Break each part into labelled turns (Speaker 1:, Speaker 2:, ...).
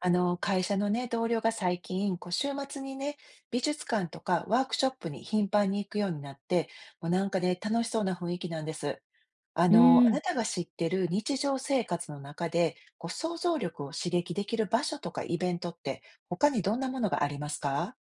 Speaker 1: 会社のね、同僚が最近、こう週末にね、美術館とかワークショップに頻繁に行くようになって、もうなんかね、楽しそうな雰囲気なんです。
Speaker 2: う
Speaker 1: あ
Speaker 2: ん、
Speaker 1: なたが知ってる日常生活の中で、こう想像力を刺激できる場所とかイベントって、他にどんなものがありますか？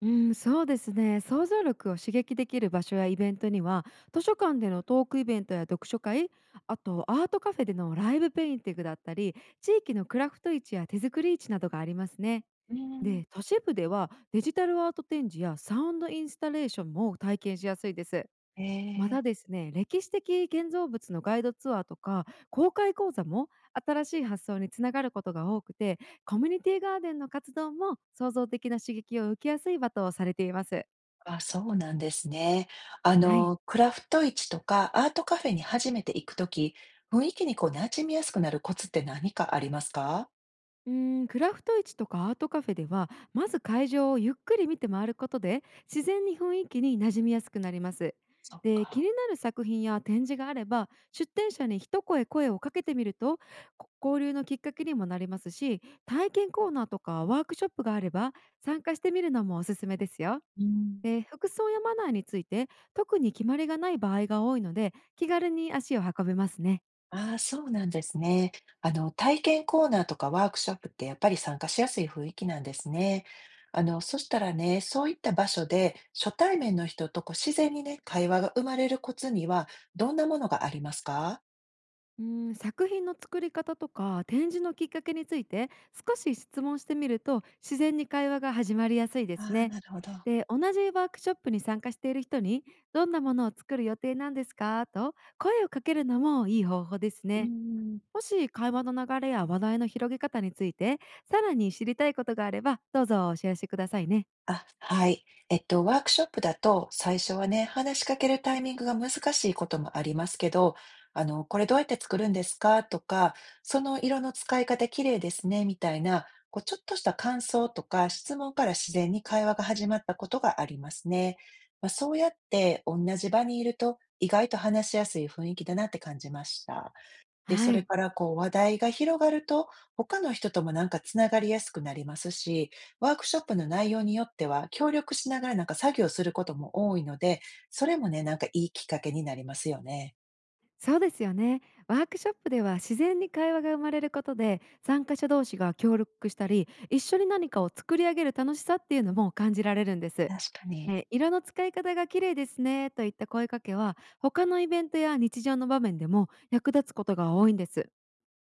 Speaker 2: うん、そうですね。想像力を刺激できる場所やイベントには、図書館でのトークイベントや読書会、あとアートカフェでのライブペインティングだったり、地域のクラフト市や手作り市などがありますね。
Speaker 1: うん。
Speaker 2: で、都市部ではデジタルアート展示やサウンドインスタレーションも体験しやすいです。
Speaker 1: え
Speaker 2: ま
Speaker 1: え。
Speaker 2: たですね、歴史的建造物のガイドツアーとか公開講座も新しい発想につながることが多くて、コミュニティガーデンの活動も創造的な刺激を受けやすい場とされています。
Speaker 1: あ、そうなんですね。
Speaker 2: はい。
Speaker 1: クラフト市とかアートカフェに初めて行くとき、雰囲気にこう馴染みやすくなるコツって何かありますか？
Speaker 2: クラフト市とかアートカフェでは、まず会場をゆっくり見て回ることで自然に雰囲気に馴染みやすくなります。
Speaker 1: そっ
Speaker 2: で、気
Speaker 1: か。
Speaker 2: になる作品や展示があれば出展者に一声をかけてみると、交流のきっかけにもなりますし、体験コーナーとかワークショップがあれば参加してみるのもおすすめですよ。
Speaker 1: うん。
Speaker 2: で、服装やマナーについて特に決まりがない場合が多いので、気軽に足を運べますね。
Speaker 1: ああ、そうなんですね。体験コーナーとかワークショップってやっぱり参加しやすい雰囲気なんですね。そしたらね、そういった場所で初対面の人とこう自然にね、会話が生まれるコツにはどんなものがありますか？
Speaker 2: うん、作品の作り方とか展示のきっかけについて少し質問してみると自然に会話が始まりやすいです
Speaker 1: ああ、
Speaker 2: ね。
Speaker 1: なるほど。
Speaker 2: で、同じワークショップに参加している人に「どんなものを作る予定なんですか?」と声をかけるのもいい方法です
Speaker 1: う
Speaker 2: ね。
Speaker 1: ん。
Speaker 2: もし会話の流れや話題の広げ方についてさらに知りたいことがあれば、どうぞお知らせくださいね。
Speaker 1: あ、はい。ワークショップだと、最初はね、話しかけるタイミングが難しいこともありますけど、これどうやって作るんですかとか、その色の使い方綺麗ですね、みたいな、こう、ちょっとした感想とか質問から自然に会話が始まったことがありますね。まあ、そうやって同じ場にいると、意外と話しやすい雰囲気だなって感じました。で、そ
Speaker 2: は
Speaker 1: れ
Speaker 2: い。
Speaker 1: からこう話題が広がると、他の人ともなんかつながりやすくなりますし、ワークショップの内容によっては協力しながらなんか作業することも多いので、それもね、なんかいいきっかけになりますよね。
Speaker 2: そうですよね。ワークショップでは自然に会話が生まれることで、参加者同士が協力したり一緒に何かを作り上げる楽しさっていうのも感じられるんです。
Speaker 1: 確かに。
Speaker 2: ね、色の使い方が綺麗ですねといった声かけは、他のイベントや日常の場面でも役立つことが多いんです。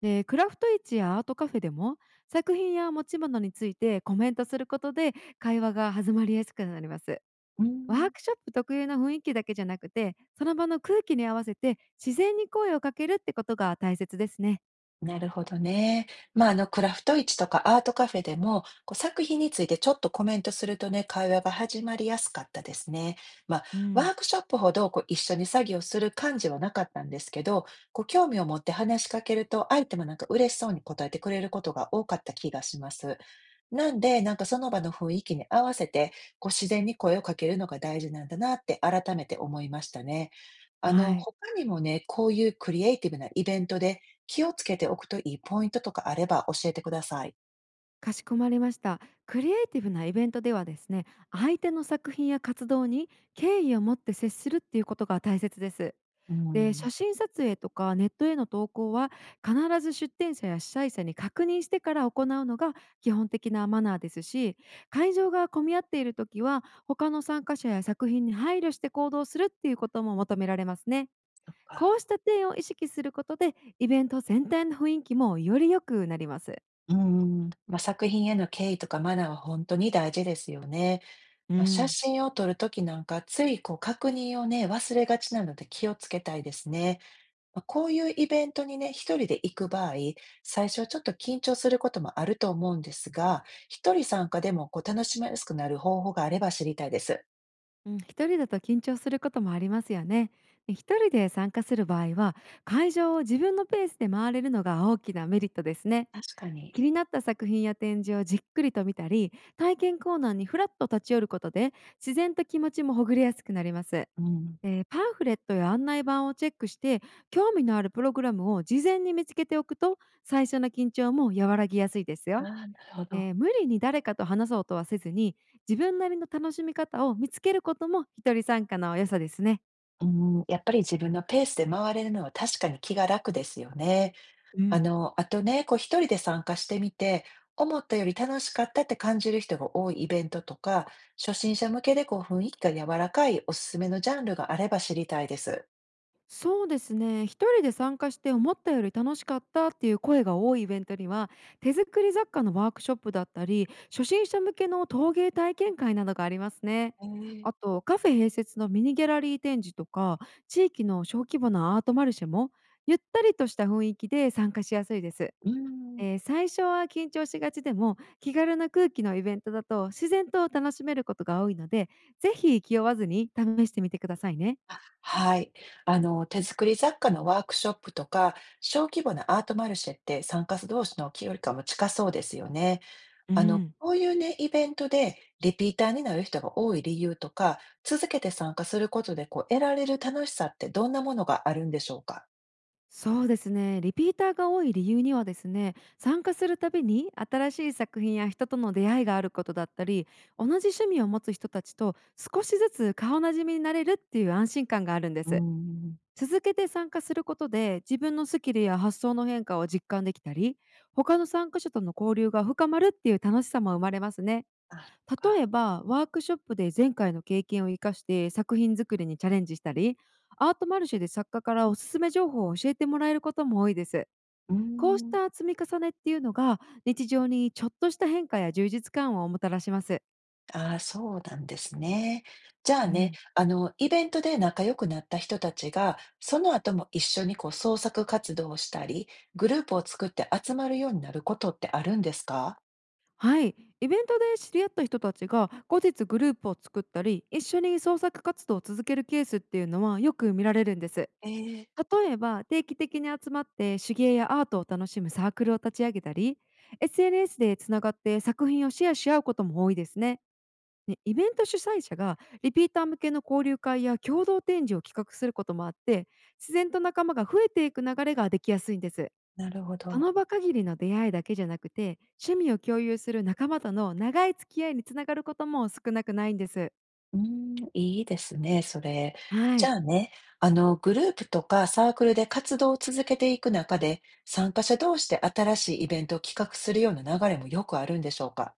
Speaker 2: で、クラフト市やアートカフェでも作品や持ち物についてコメントすることで会話が弾まりやすくなります。
Speaker 1: う
Speaker 2: ワー
Speaker 1: ん。
Speaker 2: クショップ特有の雰囲気だけじゃなくて、その場の空気に合わせて自然に声をかけるってことが大切ですね。
Speaker 1: なるほどね。まあ、クラフト市とかアートカフェでも、こう、作品についてちょっとコメントするとね、会話が始まりやすかったですね。まあ、
Speaker 2: う
Speaker 1: ワ
Speaker 2: ん。
Speaker 1: ークショップほど、こう、一緒に作業する感じはなかったんですけど、こう、興味を持って話しかけると、相手もなんか嬉しそうに答えてくれることが多かった気がします。なんで、なんかその場の雰囲気に合わせて、こう、自然に声をかけるのが大事なんだなって改めて思いましたね。
Speaker 2: はい。
Speaker 1: 他にもね、こういうクリエイティブなイベントで、気をつけておくといいポイントとかあれば教えてください。
Speaker 2: かしこまりました。クリエイティブなイベントではですね、相手の作品や活動に敬意を持って接するっていうことが大切です。
Speaker 1: う
Speaker 2: で、
Speaker 1: ん。
Speaker 2: 写真撮影とかネットへの投稿は必ず出展者や主催者に確認してから行うのが基本的なマナーですし、会場が混み合っているときは他の参加者や作品に配慮して行動するっていうことも求められますね。
Speaker 1: そっか。
Speaker 2: こうした点を意識することで、イベント全体の雰囲気もより良くなります。
Speaker 1: うん、まあ、作品への敬意とかマナーは本当に大事ですよね。
Speaker 2: う
Speaker 1: まあ、写
Speaker 2: ん。
Speaker 1: 真を撮るときなんか、ついこう確認をね、忘れがちなので気をつけたいですね。まあ、こういうイベントにね、一人で行く場合、最初はちょっと緊張することもあると思うんですが、一人参加でもこう楽しみやすくなる方法があれば知りたいです。
Speaker 2: うん、一人だと緊張することもありますよね。で、一人で参加する場合は会場を自分のペースで回れるのが大きなメリットですね。
Speaker 1: 確かに。
Speaker 2: 気になった作品や展示をじっくりと見たり、体験コーナーにフラッと立ち寄ることで自然と気持ちもほぐれやすくなります。
Speaker 1: うん。
Speaker 2: で、パンフレットや案内板をチェックして興味のあるプログラムを事前に見つけておくと、最初の緊張も和らぎやすいです
Speaker 1: あ
Speaker 2: よ。
Speaker 1: あ、なるほど。
Speaker 2: で、無理に誰かと話そうとはせずに自分なりの楽しみ方を見つけることも一人参加の良さですね。
Speaker 1: うーん、やっぱり自分のペースで回れるのは確かに気が楽ですよね。
Speaker 2: うん。
Speaker 1: あとね、こう一人で参加してみて、思ったより楽しかったって感じる人が多いイベントとか、初心者向けでこう雰囲気が柔らかいおすすめのジャンルがあれば知りたいです。
Speaker 2: そうですね、一人で参加して思ったより楽しかったっていう声が多いイベントには、手作り雑貨のワークショップだったり初心者向けの陶芸体験会などがありますね。
Speaker 1: へ。
Speaker 2: あとカフェ併設のミニギャラリー展示とか、地域の小規模なアートマルシェもゆったりとした雰囲気で参加しやすいです。
Speaker 1: うーん。
Speaker 2: 最初は緊張しがちでも、気軽な空気のイベントだと自然と楽しめることが多いので、ぜひ気負わずに試してみてくださいね。
Speaker 1: はい。手作り雑貨のワークショップとか、小規模なアートマルシェって参加者同士の距離感も近そうですよね。
Speaker 2: うん。
Speaker 1: こういうね、イベントでリピーターになる人が多い理由とか、続けて参加することでこう得られる楽しさってどんなものがあるんでしょうか？
Speaker 2: そうですね。リピーターが多い理由にはですね、参加するたびに新しい作品や人との出会いがあることだったり、同じ趣味を持つ人たちと少しずつ顔なじみになれるっていう安心感があるんで
Speaker 1: うー
Speaker 2: す。
Speaker 1: ん。
Speaker 2: 続けて参加することで自分のスキルや発想の変化を実感できたり、他の参加者との交流が深まるっていう楽しさも生まれますね。
Speaker 1: あ、そっ
Speaker 2: 例
Speaker 1: か。
Speaker 2: えばワークショップで前回の経験を生かして作品作りにチャレンジしたり、アートマルシェで作家からおすすめ情報を教えてもらえることも多いです。
Speaker 1: うー
Speaker 2: こうし
Speaker 1: ん。
Speaker 2: た積み重ねっていうのが日常にちょっとした変化や充実感をもたらします。
Speaker 1: ああ、そうなんですね。じゃあ
Speaker 2: う
Speaker 1: ね、
Speaker 2: ん。
Speaker 1: イベントで仲良くなった人たちが、その後も一緒にこう創作活動をしたり、グループを作って集まるようになることってあるんですか？
Speaker 2: はい、イベントで知り合った人たちが後日グループを作ったり一緒に創作活動を続けるケースっていうのはよく見られるんです。
Speaker 1: ええ、
Speaker 2: 例えば定期的に集まって手芸やアートを楽しむサークルを立ち上げたり、 SNS でつながって作品をシェアし合うことも多いですね。ね、イベント主催者がリピーター向けの交流会や共同展示を企画することもあって、自然と仲間が増えていく流れができやすいんです。
Speaker 1: なるほ
Speaker 2: そ
Speaker 1: ど。
Speaker 2: の場限りの出会いだけじゃなくて、趣味を共有する仲間との長い付き合いにつながることも少なくないんです。
Speaker 1: うーん、いいですね、それ。
Speaker 2: は
Speaker 1: じゃ
Speaker 2: い。
Speaker 1: あね、グループとかサークルで活動を続けていく中で、参加者同士で新しいイベントを企画するような流れもよくあるんでしょうか？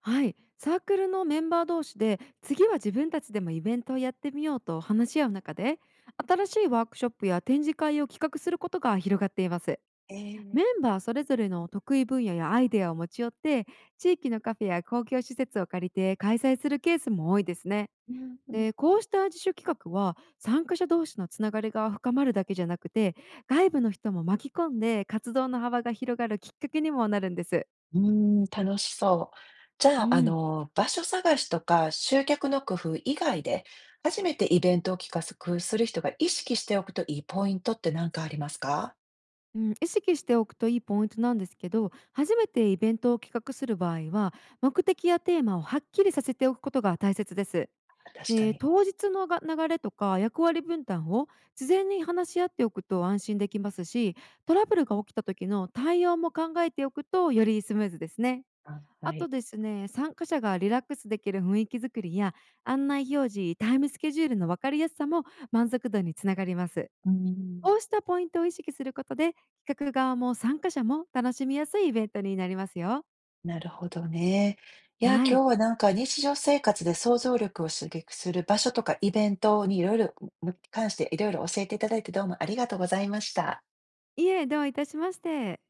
Speaker 2: はい。サークルのメンバー同士で、次は自分たちでもイベントをやってみようと話し合う中で、新しいワークショップや展示会を企画することが広がっています。
Speaker 1: え
Speaker 2: メ
Speaker 1: え。
Speaker 2: ンバーそれぞれの得意分野やアイデアを持ち寄って、地域のカフェや公共施設を借りて開催するケースも多いですね。
Speaker 1: うんうん。
Speaker 2: で、こうした自主企画は参加者同士のつながりが深まるだけじゃなくて、外部の人も巻き込んで活動の幅が広がるきっかけにもなるんです。
Speaker 1: うーん、楽しそう。じゃ
Speaker 2: う
Speaker 1: あ、
Speaker 2: ん。
Speaker 1: 場所探しとか集客の工夫以外で、初めてイベントを企画する人が意識しておくといいポイントって何かありますか？
Speaker 2: うん、意識しておくといいポイントなんですけど、初めてイベントを企画する場合は目的やテーマをはっきりさせておくことが大切です。
Speaker 1: 確か
Speaker 2: で、
Speaker 1: に。
Speaker 2: 当日のが流れとか役割分担を事前に話し合っておくと安心できますし、トラブルが起きた時の対応も考えておくとよりスムーズですね。
Speaker 1: あ、は
Speaker 2: あと
Speaker 1: い。
Speaker 2: ですね、参加者がリラックスできる雰囲気づくりや案内表示、タイムスケジュールの分かりやすさも満足度につながります。
Speaker 1: うん。
Speaker 2: こうしたポイントを意識することで、企画側も参加者も楽しみやすいイベントになりますよ。
Speaker 1: なるほどね。いや、
Speaker 2: は
Speaker 1: 今
Speaker 2: い。
Speaker 1: 日はなんか日常生活で想像力を刺激する場所とかイベントにいろいろ、関していろいろ教えていただいてどうもありがとうございました。
Speaker 2: いえ、どういたしまして。